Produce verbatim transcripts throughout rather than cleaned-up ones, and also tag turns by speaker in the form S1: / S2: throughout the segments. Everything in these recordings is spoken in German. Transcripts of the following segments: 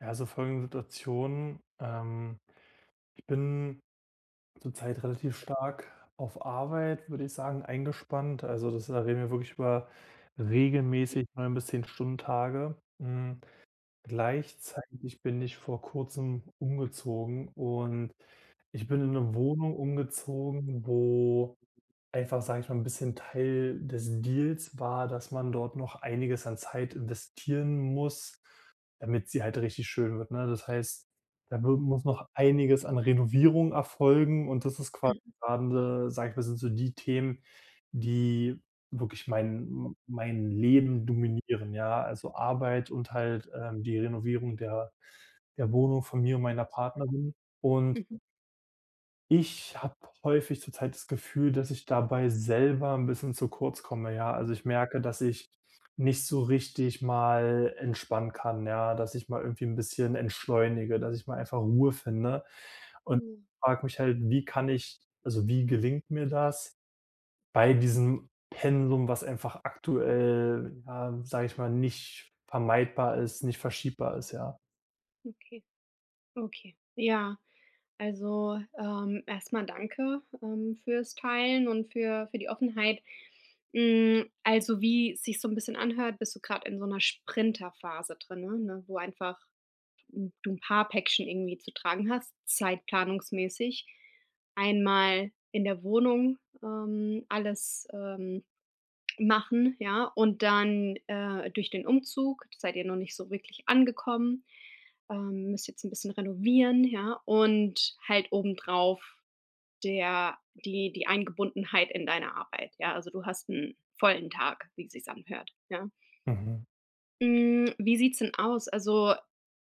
S1: Ja, also folgende Situation. Ähm, ich bin zurzeit relativ stark auf Arbeit, würde ich sagen, eingespannt. Also das, da reden wir wirklich über regelmäßig neun bis zehn Stunden Tage. Hm, gleichzeitig bin ich vor Kurzem umgezogen und ich bin in eine Wohnung umgezogen, wo einfach, sage ich mal, ein bisschen Teil des Deals war, dass man dort noch einiges an Zeit investieren muss, damit sie halt richtig schön wird, ne? Das heißt, da wi muss noch einiges an Renovierung erfolgen und das ist quasi grade, sage ich mal, sind so die Themen, die wirklich mein mein Leben dominieren, ja? Also, Arbeit und halt, ähm, die Renovierung der der Wohnung von mir und meiner Partnerin, und
S2: Mhm.
S1: ich habe häufig zurzeit das Gefühl, dass ich dabei selber ein bisschen zu kurz komme, ja. Also, ich merke, dass ich nicht so richtig mal entspannen kann, ja, dass ich mal irgendwie ein bisschen entschleunige, dass ich mal einfach Ruhe finde. Und frage mich halt, wie kann ich, also, wie gelingt mir das bei diesem Pensum, was einfach aktuell, ja, sage ich mal, nicht vermeidbar ist, nicht verschiebbar ist, ja.
S2: Ja, okay, okay. Ja, also, ähm, erst danke, ähm, für's Teilen und für für die Offenheit. Hm, also, wie es sich so ein bisschen anhört, bist du gerade in so einer Sprinterphase drin, ne, ne, wo einfach, hm, du 'n paar Päckchen irgendwie zu tragen hast, zeitplanungsmäßig. Einmal in der Wohnung, ähm, alles, ähm machen, ja, und dann, äh, durch den Umzug seid ihr noch nicht so wirklich angekommen, ähm, müsst jetzt ein bisschen renovieren, ja, und halt obendrauf der die die Eingebundenheit in deine Arbeit, ja. Also, du hast einen vollen Tag, wie es sich anhört, ja.
S1: Mhm,
S2: Hm, wie sieht's denn aus? Also,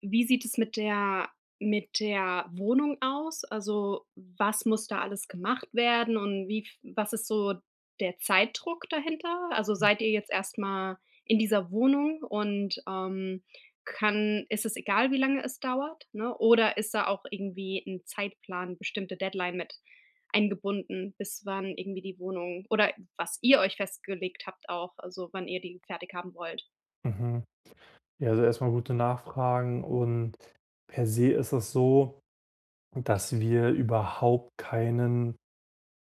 S2: wie sieht es mit der mit der Wohnung aus? Also, was muss da alles gemacht werden und wie f was ist so der Zeitdruck dahinter? Also, seid ihr jetzt erstmal in dieser Wohnung und, ähm, kann ist es egal, wie lange es dauert, ne? Oder ist da auch irgendwie ein Zeitplan, bestimmte Deadline mit eingebunden, bis wann irgendwie die Wohnung oder was ihr euch festgelegt habt auch, also, wann ihr die fertig haben wollt?
S1: mhm. Ja, also erstmal gute Nachfragen, und per se ist es so, dass wir überhaupt keinen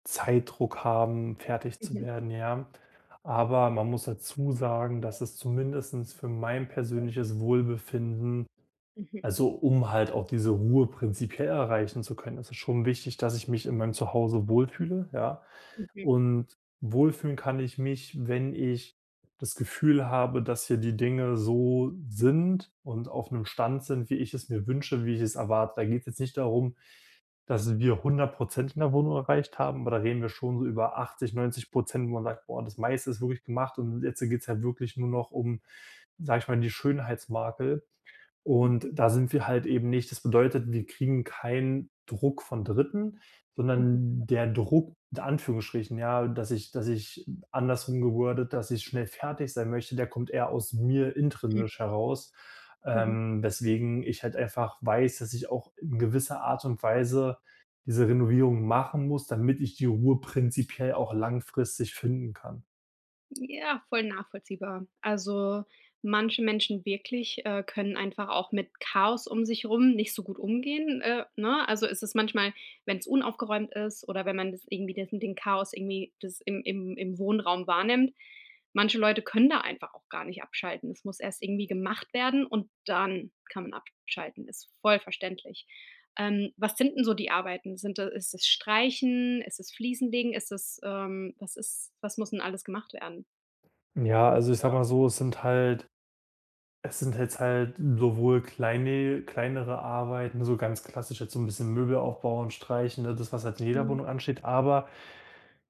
S1: Zeitdruck haben, fertig zu werden, ja. Aber man muss dazu sagen, dass es zumindestens für mein persönliches Wohlbefinden,
S2: Mhm,
S1: also um halt auch diese Ruhe prinzipiell erreichen zu können, ist es schon wichtig, dass ich mich in meinem Zuhause wohlfühle, ja.
S2: mhm,
S1: Und wohlfühlen kann ich mich, wenn ich das Gefühl habe, dass hier die Dinge so sind und auf einem Stand sind, wie ich es mir wünsche, wie ich es erwarte. Da geht es jetzt nicht darum, dass wir hundert Prozent in der Wohnung erreicht haben, aber da reden wir schon so über achtzig, neunzig Prozent, wo man sagt: „Boah, das meiste ist wirklich gemacht und jetzt geht's halt wirklich nur noch um, sage ich mal, die Schönheitsmakel.“ Und
S2: mhm,
S1: da sind wir halt eben nicht, das bedeutet, wir kriegen keinen Druck von Dritten,
S2: mhm,
S1: sondern der Druck in Anführungsstrichen, ja, dass ich, dass ich andersrum gewordet, dass ich schnell fertig sein möchte, der kommt eher aus mir
S2: mhm,
S1: intrinsisch heraus,
S2: mhm.
S1: ähm, weswegen ich halt einfach weiß, dass ich auch in gewisser Art und Weise diese Renovierung machen muss, damit ich die Ruhe prinzipiell auch langfristig finden kann.
S2: Ja, voll nachvollziehbar. Also, manche Menschen wirklich, äh, können einfach auch mit Chaos um sich rum nicht so gut umgehen, äh, ne? Also, ist es ist manchmal, wenn es unaufgeräumt ist oder wenn man das irgendwie das den Chaos irgendwie das im im im Wohnraum wahrnimmt. Manche Leute können da einfach auch gar nicht abschalten. Es muss erst irgendwie gemacht werden und dann kann man abschalten. Ist voll verständlich. Ähm, was sind denn so die Arbeiten? Sind da ist es Streichen? Ist es Fliesenlegen? Ist es, ähm was ist was muss denn alles gemacht werden?
S1: Ja, also ich sag mal so, es sind halt es sind jetzt halt sowohl kleine kleinere Arbeiten, so ganz klassisch, jetzt so ein bisschen Möbel aufbauen, streichen, ne, das, was halt in jeder
S2: Mhm.
S1: Wohnung ansteht, aber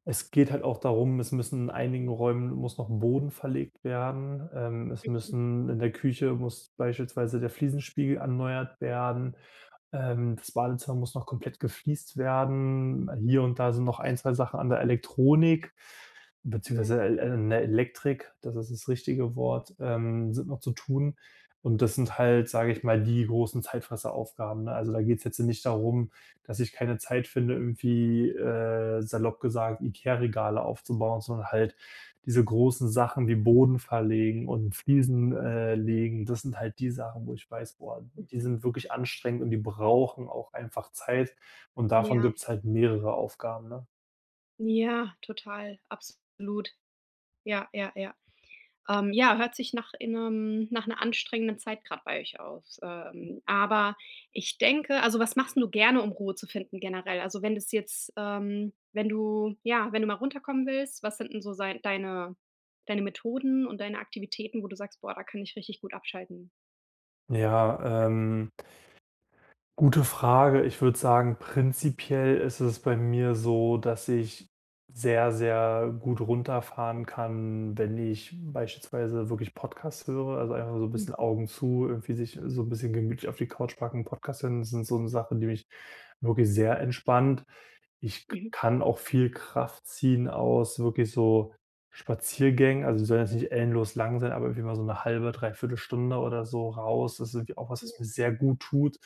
S1: es geht halt auch darum, es müssen in einigen Räumen muss noch Boden verlegt werden. Ähm, es müssen In der Küche muss beispielsweise der Fliesenspiegel erneuert werden. Ähm, das Badezimmer muss noch komplett gefliest werden. Hier und da sind noch ein zwei Sachen an der Elektronik
S2: Ja.
S1: beziehungsweise el an der Elektrik, das ist das richtige Wort, ähm, sind noch zu tun. Und das sind halt, sage ich mal, die großen Zeitfresseraufgaben, ne? Also, da geht es jetzt nicht darum, dass ich keine Zeit finde, irgendwie äh, salopp gesagt IKEA-Regale aufzubauen, sondern halt diese großen Sachen wie Boden verlegen und Fliesen, äh, legen, das sind halt die Sachen, wo ich weiß, boah, die
S2: Mhm.
S1: sind wirklich anstrengend und die brauchen auch einfach Zeit, und davon
S2: Ja.
S1: gibt's halt mehrere Aufgaben, ne?
S2: Ja, total, absolut. Ja, ja, ja. Ähm, ja, hört sich nach in 'nem nach 'ner anstrengenden Zeit gerade bei euch aus. Ähm, aber ich denke also, was machst 'n du gerne, um Ruhe zu finden generell? Also, wenn das jetzt ähm, wenn du ja, wenn du mal runterkommen willst, was sind 'n so sei deine deine Methoden und deine Aktivitäten, wo du sagst: „Boah, da kann ich richtig gut abschalten?“
S1: Ja, ähm gute Frage. Ich würde sagen, prinzipiell ist es bei mir so, dass ich sehr, sehr gut runterfahren kann, wenn ich beispielsweise wirklich Podcasts höre, also einfach so ein bisschen
S2: Mhm.
S1: Augen zu, irgendwie sich so ein bisschen gemütlich auf die Couch packen, Podcasts hören, sind so eine Sache, die mich wirklich sehr entspannt. Ich k
S2: Mhm.
S1: kann auch viel Kraft ziehen aus wirklich so Spaziergängen, also, die sollen jetzt nicht endlos lang sein, aber irgendwie mal so eine halbe, dreiviertel Stunde oder so raus. Das ist irgendwie auch was,
S2: Ja.
S1: was mir sehr gut tut,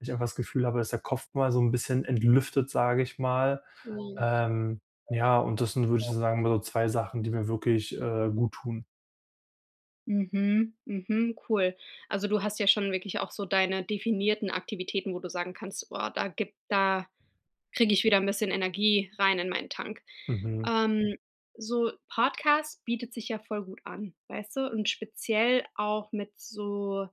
S1: ich einfach das Gefühl habe, dass der Kopf mal so ein bisschen entlüftet, sage ich mal.
S2: Ja.
S1: Ähm, ja, und das sind, würde ich so sagen, mal so zwei Sachen, die mir wirklich, äh, gut tun.
S2: Mhm, mhm, cool. Also, du hast ja schon wirklich auch so deine definierten Aktivitäten, wo du sagen kannst: „Boah, da gibt da kriege ich wieder ein bisschen Energie rein in meinen Tank.“
S1: Mhm,
S2: Ähm, so Podcast bietet sich ja voll gut an, weißt du? Und speziell auch mit so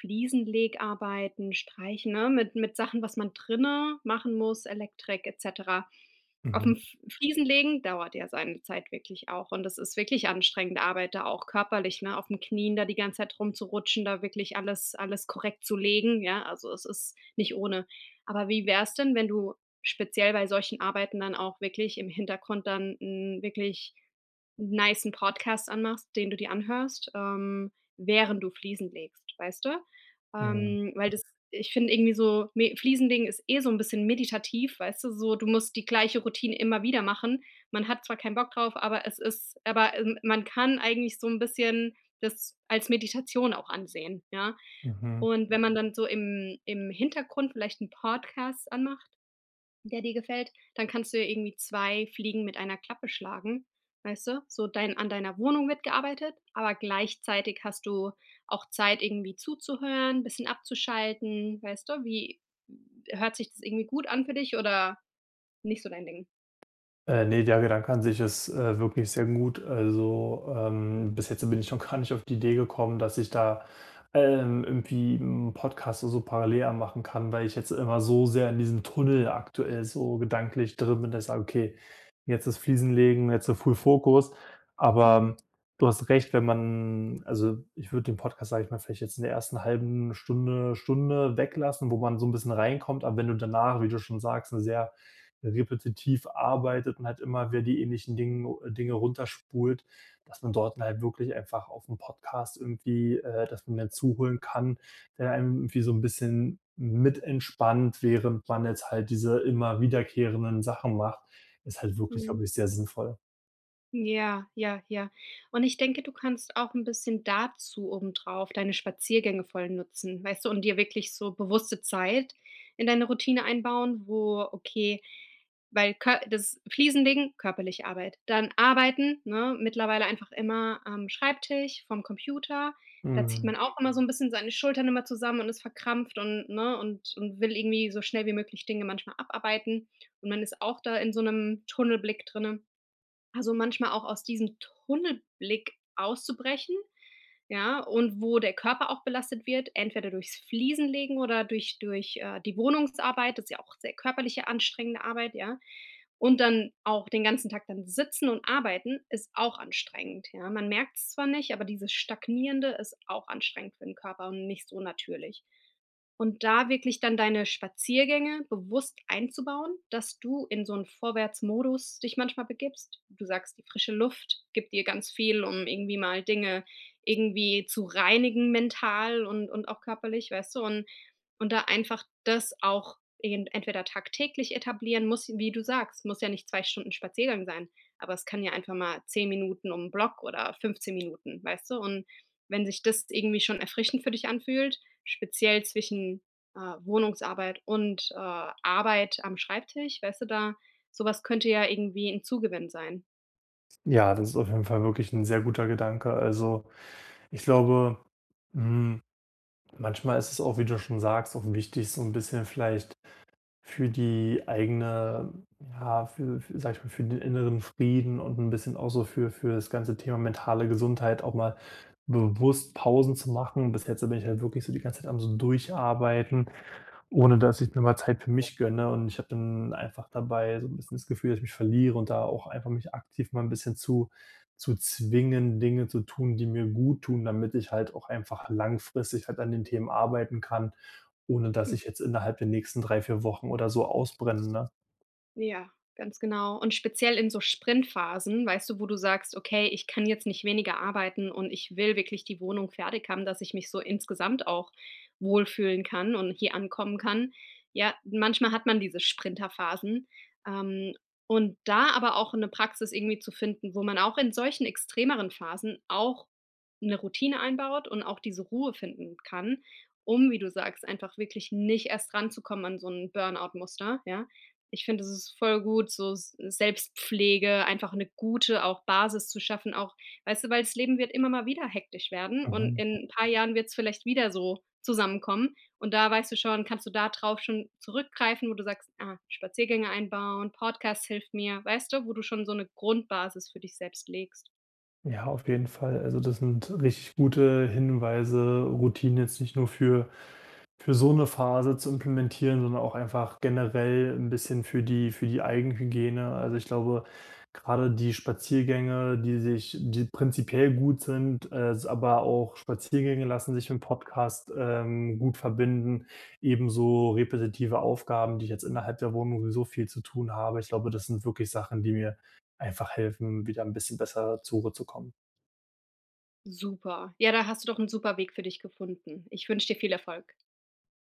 S2: Fliesenlegarbeiten, Streichen, ne, mit mit Sachen, was man drinne machen muss, Elektrik et cetera. Aufm
S1: mhm,
S2: F Fliesen legen dauert ja seine Zeit wirklich auch und das ist wirklich anstrengende Arbeit da auch körperlich, ne, auf aufm Knien da die ganze Zeit rumzurutschen, da wirklich alles alles korrekt zu legen, ja? Also, es ist nicht ohne. Aber wie wär's denn, wenn du speziell bei solchen Arbeiten dann auch wirklich im Hintergrund dann 'n wirklich nicen Podcast anmachst, den du dir anhörst, ähm, während du Fliesen legst, weißt du?
S1: mhm,
S2: Ähm, weil das Ich finde irgendwie so me Fliesenlegen ist eh so ein bisschen meditativ, weißt du, so du musst die gleiche Routine immer wieder machen. Man hat zwar keinen Bock drauf, aber es ist aber, ähm, man kann eigentlich so ein bisschen das als Meditation auch ansehen, ja?
S1: mhm.
S2: Und wenn man dann so im im Hintergrund vielleicht einen Podcast anmacht, der dir gefällt, dann kannst du ja irgendwie zwei Fliegen mit einer Klappe schlagen, weißt du? So dein an deiner Wohnung wird gearbeitet, aber gleichzeitig hast du auch Zeit, irgendwie zuzuhören, ein bisschen abzuschalten, weißt du? Wie hört sich das irgendwie gut an für dich oder nicht so dein Ding?
S1: Äh, ne, der Gedanke an sich ist, äh, wirklich sehr gut. Also, ähm, bis jetzt bin ich noch gar nicht auf die Idee gekommen, dass ich da, ähm, irgendwie 'n Podcast so parallel machen kann, weil ich jetzt immer so sehr in diesem Tunnel aktuell so gedanklich drin bin, dass ich sage: „Okay, jetzt ist Fliesenlegen, jetzt so Full Fokus.“ Aber
S2: Mhm,
S1: ähm, du hast recht, wenn man, also, ich würde den Podcast, sage ich mal, vielleicht jetzt in der ersten halben Stunde Stunde weglassen, wo man so ein bisschen reinkommt, aber wenn du danach, wie du schon sagst, 'ne sehr repetitiv arbeitet und halt immer wieder die ähnlichen Dinge Dinge runterspult, dass man dort halt wirklich einfach auf dem Podcast irgendwie, äh, dass man den zuholen kann, der einem irgendwie so ein bisschen mit entspannt, während man jetzt halt diese immer wiederkehrenden Sachen macht, ist halt wirklich,
S2: mhm.
S1: glaube ich, sehr sinnvoll.
S2: Ja, ja, ja. Und ich denke, du kannst auch ein bisschen dazu obendrauf deine Spaziergänge voll nutzen, weißt du, und dir wirklich so bewusste Zeit in deine Routine einbauen, wo okay, weil Kö das Fliesenlegen, körperliche Arbeit. Dann Arbeiten, ne, mittlerweile einfach immer am Schreibtisch, vom Computer. Da zieht man
S1: Mhm.
S2: auch immer so ein bisschen seine Schultern immer zusammen und ist verkrampft und ne, und und will irgendwie so schnell wie möglich Dinge manchmal abarbeiten. Und man ist auch da in so einem Tunnelblick drinne. Also manchmal auch aus diesem Tunnelblick auszubrechen, ja, und wo der Körper auch belastet wird, entweder durchs Fliesenlegen oder durch durch, äh, die Wohnungsarbeit, das ist ja auch sehr körperliche, anstrengende Arbeit, ja. Und dann auch den ganzen Tag dann sitzen und arbeiten ist auch anstrengend, ja. Man merkt es zwar nicht, aber dieses Stagnierende ist auch anstrengend für den Körper und nicht so natürlich. Und da wirklich dann deine Spaziergänge bewusst einzubauen, dass du in so einen Vorwärtsmodus dich manchmal begibst. Du sagst, die frische Luft gibt dir ganz viel, um irgendwie mal Dinge irgendwie zu reinigen mental und und auch körperlich, weißt du? Und und da einfach das auch irgend entweder tagtäglich etablieren muss, wie du sagst, muss ja nicht zwei Stunden Spaziergang sein, aber es kann ja einfach mal zehn Minuten um 'n Block oder fünfzehn Minuten, weißt du? Und wenn sich das irgendwie schon erfrischend für dich anfühlt, speziell zwischen, äh, Wohnungsarbeit und, äh, Arbeit am Schreibtisch, weißt du, da sowas könnte ja irgendwie ein Zugewinn sein.
S1: Ja, das ist auf jeden Fall wirklich ein sehr guter Gedanke. Also, ich glaube, hm, manchmal ist es auch, wie du schon sagst, auch wichtig, so ein bisschen vielleicht für die eigene, ja, für für sage ich mal, für den inneren Frieden und ein bisschen auch so für für das ganze Thema mentale Gesundheit auch mal bewusst Pausen zu machen. Bis jetzt bin ich halt wirklich so die ganze Zeit am so Durcharbeiten. Ohne dass ich mir mal Zeit für mich gönne, und ich habe dann einfach dabei so ein bisschen das Gefühl, dass ich mich verliere, und da auch einfach mich aktiv mal ein bisschen zu zu zwingen, Dinge zu tun, die mir gut tun, damit ich halt auch einfach langfristig halt an den Themen arbeiten kann, ohne dass ich jetzt innerhalb der nächsten drei vier Wochen oder so ausbrenne, ne?
S2: Ja, ganz genau. Und speziell in so Sprintphasen, weißt du, wo du sagst: „Okay, ich kann jetzt nicht weniger arbeiten und ich will wirklich die Wohnung fertig haben, dass ich mich so insgesamt auch wohlfühlen kann und hier ankommen kann.“ Ja, manchmal hat man diese Sprinterphasen, ähm, und da aber auch eine Praxis irgendwie zu finden, wo man auch in solchen extremeren Phasen auch eine Routine einbaut und auch diese Ruhe finden kann, um, wie du sagst, einfach wirklich nicht erst ranzukommen an so ein Burnout-Muster, ja? Ich finde, es ist voll gut, so S Selbstpflege, einfach eine gute auch Basis zu schaffen, auch weißt du, weil das Leben wird immer mal wieder hektisch werden und
S1: Mhm.
S2: in ein paar Jahren wird es vielleicht wieder so zusammenkommen und da weißt du schon, kannst du da drauf schon zurückgreifen, wo du sagst: „Ah, Spaziergänge einbauen, Podcast hilft mir“, weißt du, wo du schon so eine Grundbasis für dich selbst legst.
S1: Ja, auf jeden Fall. Also, das sind richtig gute Hinweise, Routinen jetzt nicht nur für Für so eine Phase zu implementieren, sondern auch einfach generell ein bisschen für die für die Eigenhygiene. Also, ich glaube, gerade die Spaziergänge, die sich, die prinzipiell gut sind, äh, aber auch Spaziergänge lassen sich im Podcast, ähm, gut verbinden. Ebenso repetitive Aufgaben, die ich jetzt innerhalb der Wohnung sowieso viel zu tun habe. Ich glaube, das sind wirklich Sachen, die mir einfach helfen, wieder ein bisschen besser zur Ruhe zu kommen.
S2: Super. Ja, da hast du doch einen super Weg für dich gefunden. Ich wünsche dir viel Erfolg.